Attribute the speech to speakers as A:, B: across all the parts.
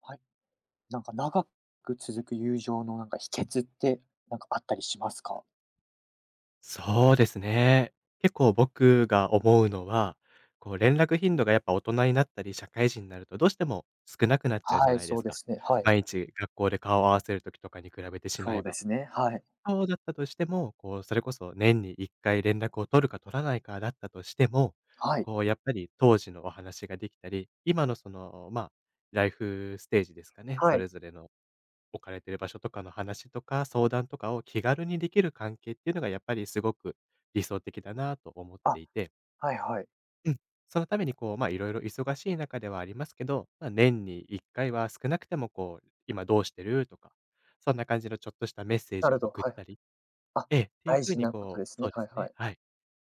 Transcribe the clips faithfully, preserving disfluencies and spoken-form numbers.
A: はい。なんか長く続く友情のなんか秘訣って、なんかあったりしますか？
B: そうですね。結構僕が思うのは、こう連絡頻度がやっぱ大人になったり、社会人になるとどうしても少なくなっちゃうじゃ
A: はい、
B: ないで
A: そう
B: す
A: で
B: か。
A: すね、はい。
B: 毎日学校で顔を合わせる時とかに比べてしま
A: そ
B: え
A: うで
B: ば。
A: すね、はい。
B: そうだったとしても、こうそれこそ年にいっかい連絡を取るか取らないかだったとしても、
A: はい。
B: こうやっぱり当時のお話ができたり、今のその、まあ、ライフステージですかね、そ
A: はい。
B: れぞれの置かれてる場所とかの話とか、相談とかを気軽にできる関係っていうのがやっぱりすごく理想的だなと思って
A: あ、
B: いて、
A: はいはい。
B: うん。そのためにこう、ま、いろいろ忙しい中ではありますけど、まあ、年にいっかいは少なくてもこう、今どうしてるとか、そんな感じのちょっとしたメッセー
A: な
B: ジ
A: る
B: を
A: ほど、
B: 送っ
A: はい。
B: たり
A: あ、
B: ええ、っていう
A: 大
B: ふう
A: 事
B: に
A: なこと
B: こ
A: で
B: う
A: すね。
B: そうで
A: は
B: す
A: いは
B: ね、
A: い。
B: はい。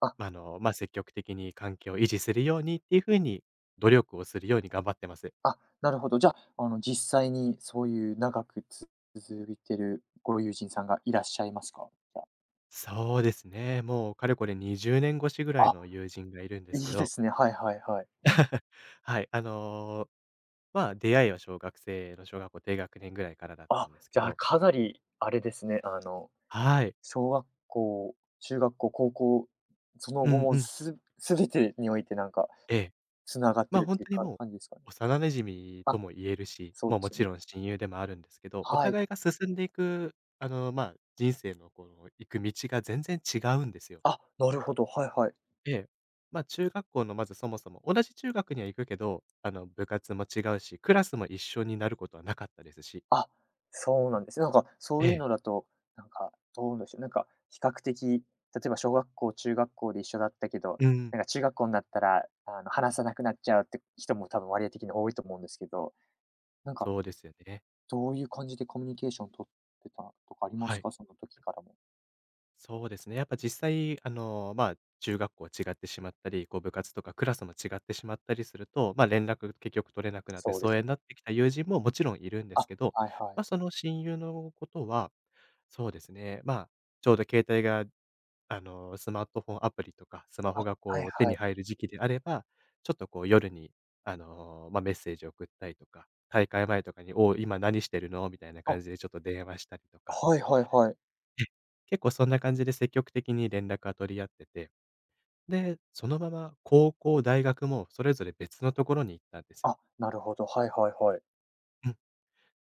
A: あ、
B: まあ、あの、まあ、積極的に関係を維持するようにっていうふうに努力をするように頑張ってます。
A: あ、なるほど。じゃあ、あの、実際にそういう長くつ続いてるご友人さんがいらっしゃいますか？じゃあ。
B: そうですね、もうかれこれにじゅうねん越しぐらい
A: あ、
B: の友人がいるんですけ
A: いいで
B: ど
A: すね。はいはいはい。
B: はい、あの、まあ、出会いは小学生の小学校低学年ぐらいからだった
A: あ、
B: んですけ
A: じゃあ、
B: ど、
A: かなりあれですね、あの、
B: はい。
A: 小学校、中学校、高校、その
B: う
A: 後
B: ん
A: も
B: うん。
A: す全てにおいてなんか
B: ええ。
A: 繋がっ
B: ま
A: て
B: あ、
A: るっ
B: 本
A: ていう
B: 当に
A: か
B: もう、
A: 感じですかね。
B: 幼馴染と
A: あ、
B: も言えるし、
A: そう
B: ま
A: で
B: あ、も
A: すよ
B: ち
A: ね。
B: ろん親友でもあるんですけど、お
A: はい。
B: 互いが進んでいく、あの、まあ、人生のこの行く道が全然違うんですよ。
A: あ、なるほど、はいはい。
B: ええ。まあ、中学校のまずそもそも、同じ中学には行くけど、あの、部活も違うし、クラスも一緒になることはなかったですし。
A: あ、そうなんですね。なんかそ
B: え
A: ういう
B: え。
A: のだと、なんかどうでしょう、なんか比較的、例えば小学校、中学校で一緒だったけど、
B: うん、
A: なんか中学校になったら、あの、話さなくなっちゃうって人も多分割合的に多いと思うんですけど、なんか
B: そうですよね。
A: どういう感じでコミュニケーション取ってたとかありま
B: は
A: す
B: い。
A: か？その時からも。
B: そうですね。やっぱ実際、あの、まあ、中学校違ってしまったり、こう部活とかクラスも違ってしまったりすると、まあ、連絡結局取れなくなって、
A: そうで
B: 疎
A: す
B: 遠
A: ね。
B: になってきた友人ももちろんいるんで
A: あ、
B: すけど、
A: はいは
B: まあ、
A: い。
B: その親友のことは、そうですね。まあ、ちょうど携帯が、あの、スマートフォンアプリとか、スマ
A: あ、
B: ホが
A: はい
B: こう手
A: は
B: に
A: い。
B: 入る時期であれば、ちょっとこう夜に、あの、まあ、メッセージを送ったりとか、大会前とかに、おう今何してるのみたいな
A: あ、
B: 感じでちょっと電話したりとか、
A: はいはいはい。
B: ええ、結構そんな感じで積極的に連絡は取り合ってて、で、そのまま高校、大学もそれぞれ別のところに行ったんですよ。
A: あ、なるほど。はいはいはい。
B: うん。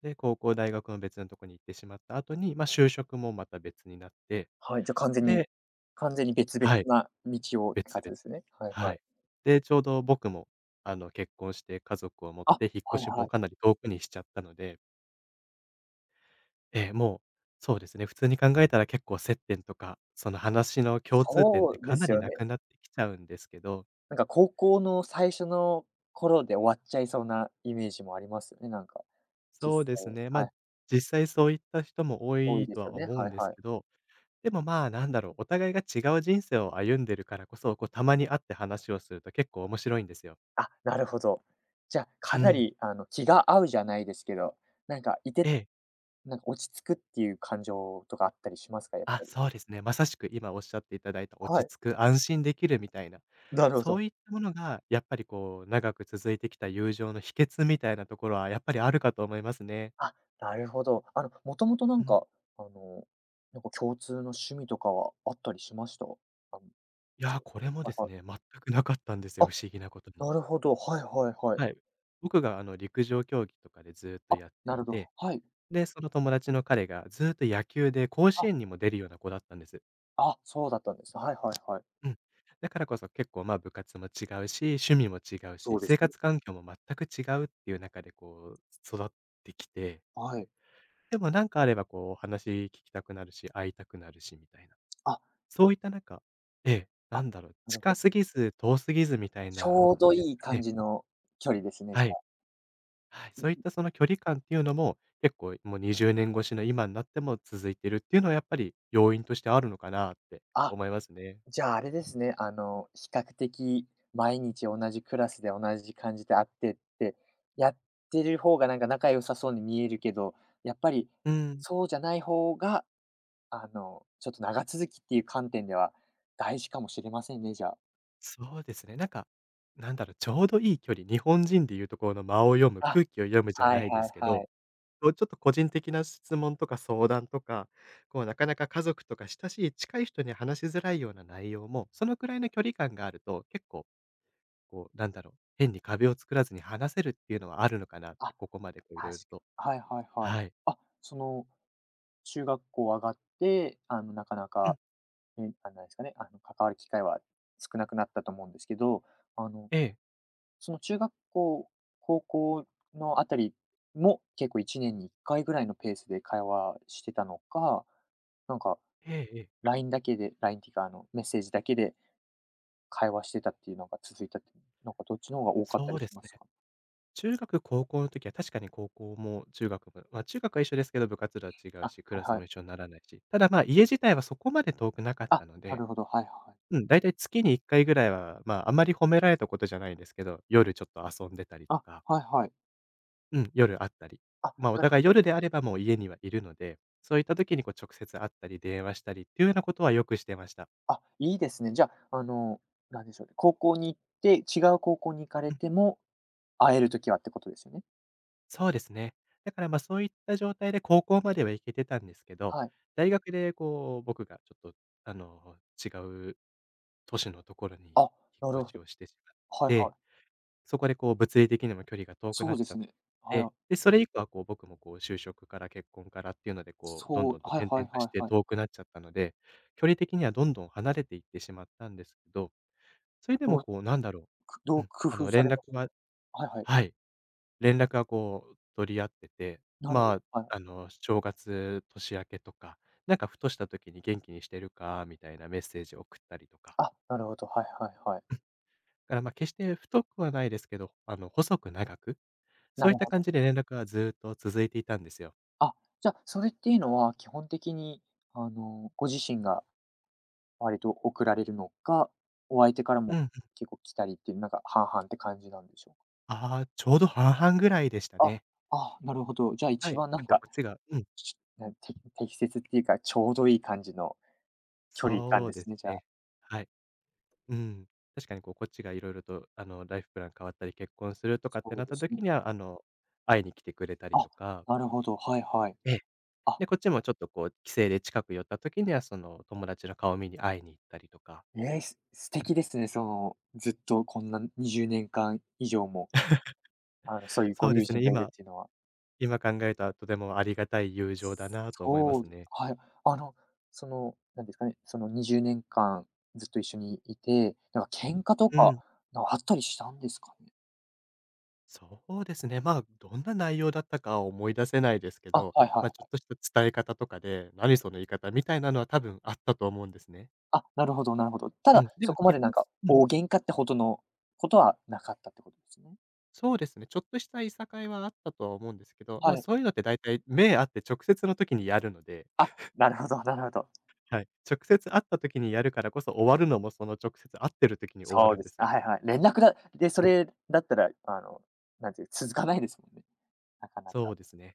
B: で、高校、大学も別のところに行ってしまった後に、ま、就職もまた別になって、
A: はい、じゃ、完全に
B: で
A: 完全に別々
B: はい、
A: な道をって
B: 別
A: 感じ
B: 々で。
A: ですね。はい
B: は
A: はい。
B: い。で、ちょうど僕も、あの、結婚して家族を持っ
A: あ、
B: て、引っ
A: はい
B: 越し
A: は
B: も
A: い。
B: かなり遠くにしちゃったので、ええ、もう、そうですね、普通に考えたら結構接点とか、その話の共通点っ
A: そ
B: て
A: うで
B: かな
A: す
B: り
A: よ
B: な
A: ね。
B: くなってきちゃうんですけど
A: なんか高校の最初の頃で終わっちゃいそうなイメージもありますよね、なんか、実
B: そうです
A: 際、
B: ね。ま、あ
A: はい、
B: 実際そういった人も多
A: 多い
B: い
A: で
B: と
A: すよ
B: は
A: ね。
B: 思うん
A: はい
B: です
A: はい。
B: けど、でも、まあ、なんだろう、お互いが違う人生を歩んでるからこそ、こう、たまに会って話をすると結構面白いんですよ。
A: あ、なるほど。じゃ、か
B: う
A: な
B: ん。
A: りあの、気が合うじゃないですけど、なんかい
B: え
A: て
B: え。
A: なんか落ち着くっていう感情とかあったりしますか？やっ
B: あ、
A: ぱり。
B: そうですね。まさしく今おっしゃっていただいた
A: は
B: 落ち
A: い、
B: 着く、安心できるみたいな、
A: なるほ
B: そ
A: ど。
B: ういったものがやっぱり、こう、長く続いてきた友情の秘訣みたいなところはやっぱりあるかと思いますね。
A: あ、なるほど。あの、もともとな
B: う
A: ん
B: ん。
A: か、あの、なんか共通の趣味とかはあったりしました？あの、
B: いや、
A: し
B: これも
A: は
B: で
A: い
B: す
A: はい。
B: ね、全くなかったんです
A: あ、
B: よ、不思議なことに。
A: なるほど。はいはいはい。
B: はい。僕があの陸上競技とかでずっと
A: あ、
B: やって
A: な
B: い
A: るほど。
B: て、
A: はい。
B: で、その友達の彼がずっと野球で甲子
A: あ、
B: 園にも出るような子だったんです。
A: あ、そうだったんですね。はいはいはい。
B: うん。だからこそ結構まあ部活も違うし、趣味も違う
A: そ
B: し、
A: うです
B: 生
A: ね。
B: 活環境も全く違うっていう中でこう育ってきて、
A: はい。
B: でもなんかあればこう話聞きたくなるし、会いたくなるしみたいな。
A: あ、
B: そういった中でええ、な
A: あ、
B: んだろう、
A: なるほ
B: 近
A: ど。
B: すぎず遠すぎずみたい
A: ちょう
B: な
A: ど
B: です
A: いい
B: か
A: 感
B: ね。
A: じの距離ですね、
B: は
A: じゃ
B: い。はい、そういったその距離感っていうのも、結構もうにじゅうねん越しの今になっても続いてるっていうのはやっぱり要因としてあるのかなって
A: あ。あ。
B: 思いますね。
A: じゃあ、あれですね、あの、比較的毎日同じクラスで同じ感じで会ってって、やってる方がなんか仲良さそうに見えるけど、やっぱり
B: うん、
A: そうじゃない方が、あの、ちょっと長続きっていう観点では大事かもしれませんね、じゃあ。
B: そうですね。なんか、なんだろう、ちょうどいい距離、日本人でいうところの間を読む、
A: あ、
B: 空気を読むじゃ
A: は
B: な
A: い
B: いで
A: はい
B: すけ
A: は
B: ど、
A: い。
B: こうちょっと個人的な質問とか相談とか、こうなかなか家族とか親しい近い人に話しづらいような内容も、そのくらいの距離感があると、結構こうなんだろう、変に壁を作らずに話せるっていうのはあるのかなって、
A: あ、
B: ここまでこうい
A: 確
B: ろいろと
A: かに、はいはいはい。
B: はい。
A: あ、その、中学校上がって、あの、なかな
B: う
A: か、
B: ん。
A: ね、あの、なんですかね、あの、関わる機会は少なくなったと思うんですけど、あの、
B: ええ。
A: その中学校、高校のあたりも、結構いちねんにいっかいぐらいのペースで会話してたのか、なんか
B: ええええ。
A: ライン だけでラインっていうか、あの、メッセージだけで会話してたっていうのが続いたって、なんかどっちの方が多かった
B: そう
A: り
B: で
A: し
B: す
A: ま
B: ね。
A: すか？
B: 中学、高校の時は確かに高校も中学も、まあ、中学は一緒ですけど、部活動は違
A: あ、
B: うし、ク
A: は
B: ラ
A: い
B: ス
A: は
B: も
A: い。
B: 一緒にならないし、ただ、まあ、家自体はそこまで遠くなかっ
A: あ、
B: たの
A: な
B: で、
A: るほど、はいはい。
B: うん、だいたい月にいっかいぐらいは、まあ、あまり褒められたことじゃないんですけど、夜ちょっと遊んでたりと
A: あ、
B: か、
A: はいはい。
B: うん、夜会ったり、
A: あ、
B: まあ、お
A: なる
B: 互
A: ほ
B: い
A: ど。
B: 夜であればもう家にはいるので、そういった時にこう直接会ったり電話したりっていうようなことはよくしてました。
A: あ、いいですね。じゃあ、あの、なんでしょうね、高校に行って違う高校に行かれても、会える時はってことですよね？
B: そうですね。だから、ま、そういった状態で高校までは行けてたんですけど、
A: はい。
B: 大学でこう、僕がちょっと、あの、違う都市のところに引
A: あ、な
B: っ
A: る
B: 越
A: ほ
B: し
A: ど。
B: をしてしまっ
A: はいは
B: て、
A: い。
B: そこでこう物理的にも距離が遠くな
A: そう
B: っ
A: で
B: ちゃっ
A: すね。
B: て、
A: はい。
B: で、それ以降はこう僕もこう就職から結婚からっていうので、こうどん
A: そ
B: ど
A: う、
B: んと
A: はい
B: 転
A: はい
B: 々とし
A: はい
B: て
A: はい。
B: 遠くなっちゃったので、距離的にはどんどん離れていってしまったんですけど、それで
A: ど
B: も
A: う
B: こうなんだろ
A: くど
B: う、う
A: う
B: ん、
A: 工
B: あ
A: 夫
B: の
A: さ
B: 連
A: れまし
B: 絡
A: た？
B: は
A: はいはい。
B: はい。連絡はこう取り合ってて、
A: なるほど、
B: ま
A: はい。
B: あ、あの、正月、年明けとか、なんかふとした時に元気にしてるかみたいなメッセージを送ったりとか、
A: あ、なるほど、はいはいはい。
B: だからま、決して太くはないですけど、あの、細く長く、そ
A: な
B: ういっ
A: る
B: た
A: ほ
B: 感
A: ど。
B: じで連絡はずーっと続いていたんですよ。
A: あ、じゃあ、それっていうのは基本的に、あの、ご自身が割と送られるのか、お相手から
B: うん
A: も
B: うん。
A: 結構来たりっていう、なんか半々って感じなんでしょうか？
B: ああ、ちょうど半々ぐらいでした
A: あ、
B: ね。
A: あ、なるほど。じゃあ
B: は
A: 一
B: い、
A: 番な
B: 結
A: ん
B: 構こ
A: か、
B: っちがうん、
A: しなん、て適切っていうか、ちょうどいい感じの距離感
B: そう
A: で
B: で
A: す
B: す
A: ね、じゃあ。
B: ね。はい。うん。確かにこう、こっちがいろいろとあの、ライフプラン変わったり、結婚するとか
A: そ
B: ってな
A: う
B: っ
A: で
B: た
A: すね。
B: 時には、あの、会いに来てくれたり
A: あ、
B: とか
A: なるほど、はいはい。
B: ええ。
A: あ
B: で、こっちもちょっとこう帰省で近く寄った時には、その友達の顔見に会いに行ったりとか、
A: えーす素敵ですね。その、ずっとこんなにじゅうねんかん以上も、あの、そういう
B: そ
A: ご
B: うで
A: 友
B: す
A: 人
B: ね、
A: がいる
B: 今
A: っていうのは。
B: 今考えたらとてもありがたい友情だなと思いま
A: そ
B: す
A: う、
B: ね。
A: はい。あの、その、なんですかね、そのにじゅうねんかんずっと一緒にいて、なんか喧嘩と
B: う
A: か、
B: ん。
A: なんかあったりしたんですかね？
B: そうですね、まあ、どんな内容だったかは思い出せないですけ
A: あ、
B: ど、
A: はいはい
B: ま
A: は
B: あ、ちょっ
A: い。
B: とした伝え方とかで、何その言い方みたいなのは多分あったと思うんですね。
A: あ、なるほどなるほど。た
B: う
A: だ、
B: ん、でも
A: そこ
B: 基
A: までな
B: 本
A: んか
B: うん、
A: 大喧嘩ってほどのことはなかったってことですね。
B: そうですね、ちょっとしたいさかいはあったとは思うんですけど、ま
A: は
B: あ、
A: い。
B: そういうのって大体目あって直接の時にやるので
A: あ、なるほどなるほど。
B: はい。直接会った時にやるからこそ、終わるのもその直接会ってる時に終わ
A: そう
B: るん
A: で
B: で
A: す。
B: す
A: あ、
B: よ。
A: はいはい。連絡だで、そ
B: うん。
A: れだったら、あの、なんていう、続かないですもんね。なかな
B: そ
A: か。
B: うですね。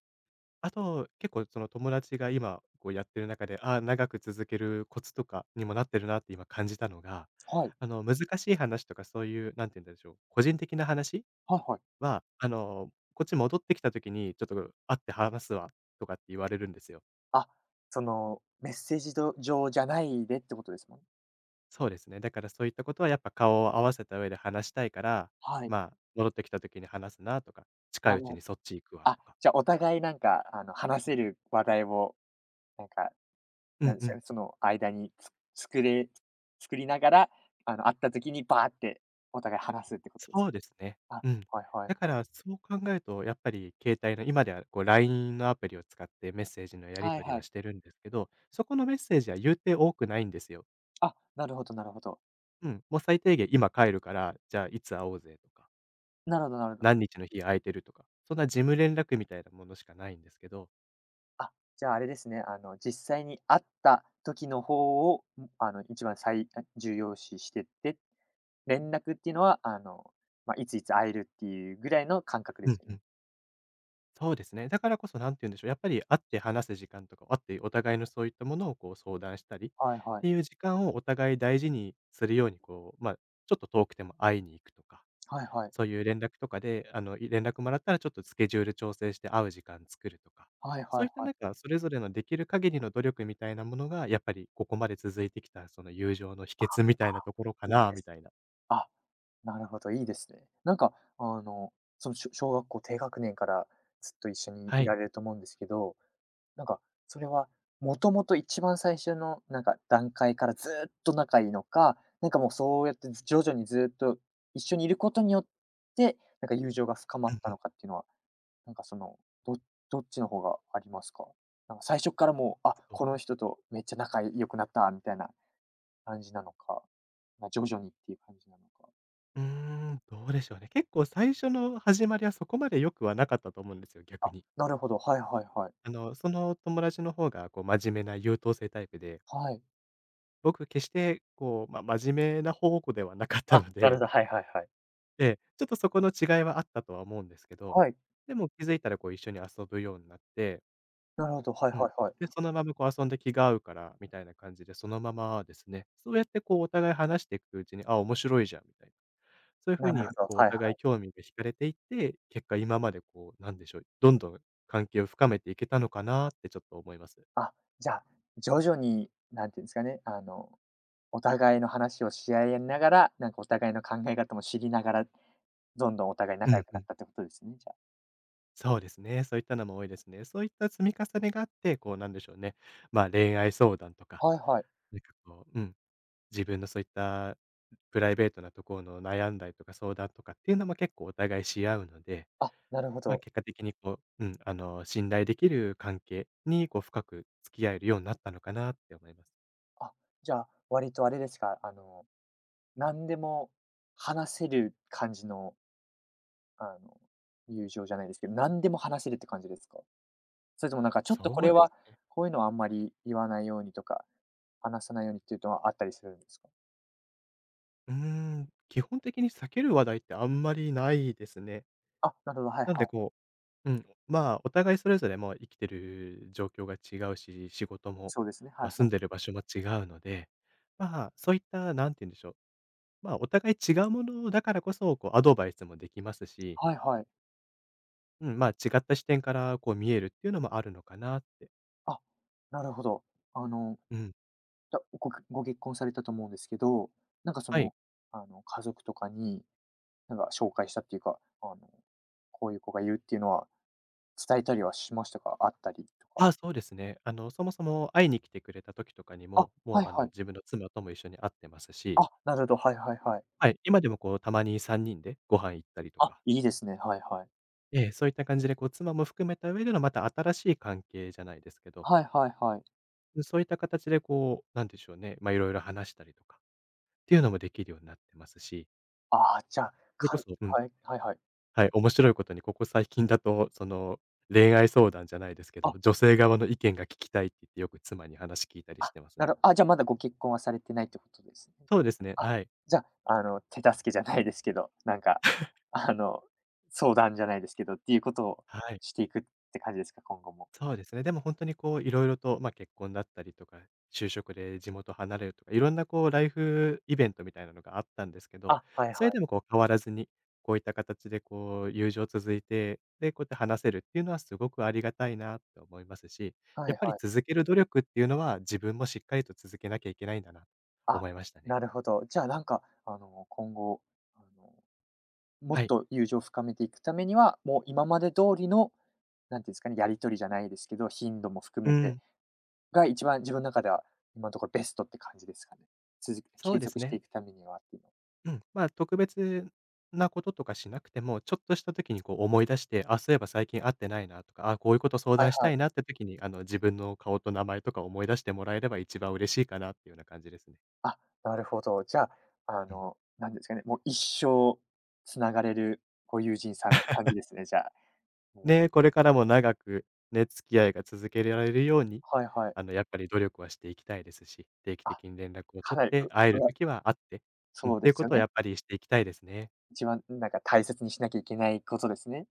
B: あと、結構その友達が今こうやってる中で、ああ、長く続けるコツとかにもなってるなって今感じたのが、
A: はい。
B: あの、難しい話とかそういう、なんて言うんでしょう、個人的な話
A: はいはい。
B: は、あの、こっち戻ってきた時に、ちょっと会って話すわとかって言われるんですよ。
A: あ、その、メッセージど上じゃないでってことですもんね。
B: そうですね。だからそういったことはやっぱ顔を合わせた上で話したいから、
A: はい。
B: まあ、戻ってきた時に話すなとか、近い
A: な
B: う
A: る
B: ち
A: ほ
B: に
A: ど。
B: そっち行くわ
A: あ、
B: とか。
A: じゃ、お互いなんか、あの、話せる話題を、なんか、
B: う
A: なん
B: ん
A: ん。で
B: う
A: すか
B: ん。
A: ね、その間につ作れ作りながら、あの、会った時にバーってお互い話すってことです
B: そ
A: か？
B: うですね。
A: あ、
B: うん。
A: はいはい
B: だか
A: はい。
B: らそう考えると、やっぱり携帯の今ではこう ライン のアプリを使ってメッセージのやり
A: はい
B: 取り
A: は
B: は
A: い。
B: してるんですけど、そこのメッセージは言うて多くないんですよ。
A: あ、なるほどなるほど。
B: うん。もう最低限今帰るから、じゃあいつ会おうぜとか、
A: なるほどなるほ
B: 何
A: ど。
B: 日の日空いてるとか、そんな事務連絡みたいなものしかないんですけど。
A: あ、じゃあ、あれですね、あの、実際に会った時の方を、ん、あの、一番最あ、重要視してって、連絡っていうのは、あの、まあ、いついつ会えるっていうぐらいの感覚で
B: う
A: す
B: ん
A: よ
B: う
A: ね。
B: ん。そうですね。だからこそ何て言うんでしょう、やっぱり会って話す時間とか、会ってお互いのそういったものをこう相談したりっ
A: はいはい。
B: ていう時間をお互い大事にするように、こう、まあ、ちょっと遠くても会いに行くとか、
A: はいはい。
B: そういう連絡とかで、あの、い連絡もらったらちょっとスケジュール調整して会う時間作るとか、
A: はい
B: そ
A: は
B: う
A: い
B: いった
A: は
B: な
A: い。
B: んかそれぞれのできる限りの努力みたいなものが、やっぱりここまで続いてきたその友情の秘訣みたいな
A: あ、
B: ところか
A: いい
B: な
A: で
B: み
A: す。
B: たいな。
A: あ、なるほど、いいですね。なんか、あの、その、小小学校低学年からずっと一緒に
B: は
A: い
B: い。
A: られると思うんですけど、なんか、それはもともと一番最初のなんか段階からずっと仲いいのか、なんかもうそうやって徐々にずっと一緒にいることによって、なんか友情が深ま
B: う
A: っ
B: ん
A: た
B: うん。
A: のかっていうのは、なんかその、どどっちの方がありますか？なんか最初からもう、あ、
B: そ
A: この
B: う。
A: 人とめっちゃ仲良くなったみたいな感じなのか、まあ、徐々にっていう感じなのか。
B: うーん、どうでしょうね。結構最初の始まりはそこまで良くはなかったと思うんですよ、逆
A: あ、
B: に。
A: なるほど、はいはいはい。
B: あの、その友達の方がこう真面目な優等生タイプで、
A: はい。
B: 僕決してこう、まあ、真面目な方向ではなかった
A: あ、
B: の
A: なるほ
B: で、
A: ど、はいはいはい。
B: ええ、ちょっとそこの違いはあったとは思うんですけど、
A: はい、
B: でも気づいたらこう一緒に遊ぶようになって、
A: なるほど、はい
B: うん。
A: はいはい。
B: で、そのままこう遊んで気が合うからみたいな感じで、そのままですね。そうやってこうお互い話していくうちに、あ、面白いじゃんみたいな。そういう風
A: なる
B: に、
A: ほど、
B: こう、お
A: はい
B: 互
A: は
B: い
A: い。
B: 興味が惹かれていって、結果今までこう、なんでしょう、どんどん関係を深めていけたのかなってちょっと思います。
A: あ、じゃあ、徐々に、なんていうんですかね、あの、お互いの話をし合いながら、なんかお互いの考え方も知りながら、どんどんお互い
B: う
A: 仲
B: ん
A: 良く
B: う
A: なっ
B: ん。
A: たってことですね、じゃあ。
B: そうですね、そういったのも多いですね。そういった積み重ねがあって、こう、なんでしょうね、まあ、恋愛相談とか、
A: はいはい。
B: なんかこう、うん、自分のそういったプライベートなところの悩んだりとか相談とかっていうのも結構お互いし合うので、
A: あ、なるほ
B: まあ、
A: ど。
B: 結果的にこう、うん、あの、信頼できる関係にこう深く付き合えるようになったのかなって思います。
A: あ、じゃあ、割とあれですか、あの、何でも話せる感じの、あの、友情じゃないですけど、何でも話せるって感じですか？それともなんかちょっと
B: そ
A: こ
B: う
A: れ
B: で
A: は、
B: すね。
A: こういうのはあんまり言わないようにとか、話さないようにっていうのはあったりするんですか？
B: うーん、基本的に避ける話題ってあんまりないですね。
A: あ、なるほど、はい
B: なんで
A: はい。
B: こう、うん、まあ、お互いそれぞれ、まあ、生きてる状況が違うし、仕事も、
A: そうですね、は
B: まあ、
A: い
B: 住
A: は
B: ん
A: い。
B: でる場所も違うので、まあ、そういった、なんて言うんでしょう、まあ、お互い違うものだからこそ、こう、アドバイスもできますし、
A: はいはい。
B: うん、まあ、違った視点から、こう、見えるっていうのもあるのかなって。
A: あ、なるほど。あの、
B: うん、
A: じゃ、ごご結婚されたと思うんですけど、なんかそ
B: はい。
A: の、あの、家族とかに、なんか紹介したっていうか、あの、こういう子がいるっていうのは、伝えたりはしましたか？あったりとか。
B: あ、そうですね。あの、そもそも会いに来てくれた時とかに
A: あ、
B: も、も
A: はい
B: う、あの、
A: はい。
B: 自分の妻とも一緒に会ってますし。
A: あ、なるほど、はいはいはい。
B: はい、今でもこうたまにさんにんでご飯行ったりと
A: あ、
B: か、
A: いいですね、はいはい。
B: ええ、そういった感じでこう妻も含めた上でのまた新しい関係じゃないですけど、
A: はいはいはい。
B: そういった形でこう、なんでしょうね、ま、いろいろ話したりとかっていうのもできるようになってますし、
A: ああ、じゃあ、
B: それこ
A: かん
B: そうん、
A: はい、はいはい。
B: はい、面白いことにここ最近だと、その、恋愛相談じゃないですけど、
A: あ
B: 女性側の意見が聞きたいって言ってよく妻に話聞いたりし
A: あ、
B: てます
A: な
B: ね。
A: るあ、じゃ、まだご結婚はされてないってことですね。
B: そうですね、
A: あ、
B: はい。
A: じゃあ、あの、手助けじゃないですけど、なんか、あの、相談じゃないですけどっていうことを
B: はい。
A: していくって感じですか？今後も。
B: そうですね。でも本当にこう、いろいろと、まあ、結婚だったりとか、就職で地元離れるとか、いろんなこうライフイベントみたいなのがあったんですけど、
A: あ、はい
B: それ
A: は
B: でも
A: い。
B: こう変わらずに、こういった形でこう友情続いて、で、こうやって話せるっていうのはすごくありがたいなって思いますし、
A: はい
B: やっぱり
A: はい。
B: 続ける努力っていうのは、自分もしっかりと続けなきゃいけないんだな、と
A: あ、
B: 思いましたね。
A: なるほど。じゃあ、なんか、あの、今後、あの、も
B: は
A: っ
B: い。
A: と友情を深めていくためには、もう今まで通りの、なんていうんですかね、やり取りじゃないですけど、頻度も含
B: う
A: めて
B: ん、
A: が一番自分の中では、今のところベストって感じですかね？続け
B: そう
A: 継
B: で
A: 続
B: す
A: して
B: ね。
A: いくためにはっていうのは。
B: うん、まあ、特別なこととかしなくても、ちょっとした時にこう思い出して、あ、そういえば最近会ってないなとか、あ、こういうこと相
A: はい
B: 談し
A: は
B: た
A: い。
B: いなって時に、あの、自分の顔と名前とか思い出してもらえれば一番嬉しいかなっていうような感じですね。
A: あ、なるほど。じゃあ、あ
B: うん。
A: の、なんですかね、もう一生つながれるご友人さんって感じですね、じゃあ。もう
B: で、これからも長くね、付き合いが続けられるように、
A: はいはい。
B: あの、やっぱり努力はしていきたいですし、定期
A: あ、
B: 的に連絡を
A: か
B: 取っ
A: なり、う
B: て、会え
A: う
B: る
A: ら
B: 時は会って、うん、っ
A: そう
B: て
A: で
B: いう
A: す
B: こ
A: よ
B: とをや
A: ね。
B: っぱりしていきたいですね。
A: 一番なんか大切にしなきゃいけないことですね。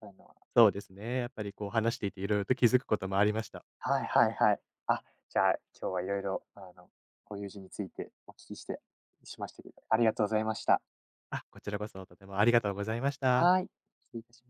A: そういうのは。
B: そうですね。やっぱりこう話していていろいろと気づくこともありました。
A: はいはいはい。あ、じゃあ、今日はいろいろ、あの、ご友人についてお聞きしてしましたけど、ありがとうございました。
B: あ、こちらこそとてもありがとうございました。
A: はい、失礼いたします。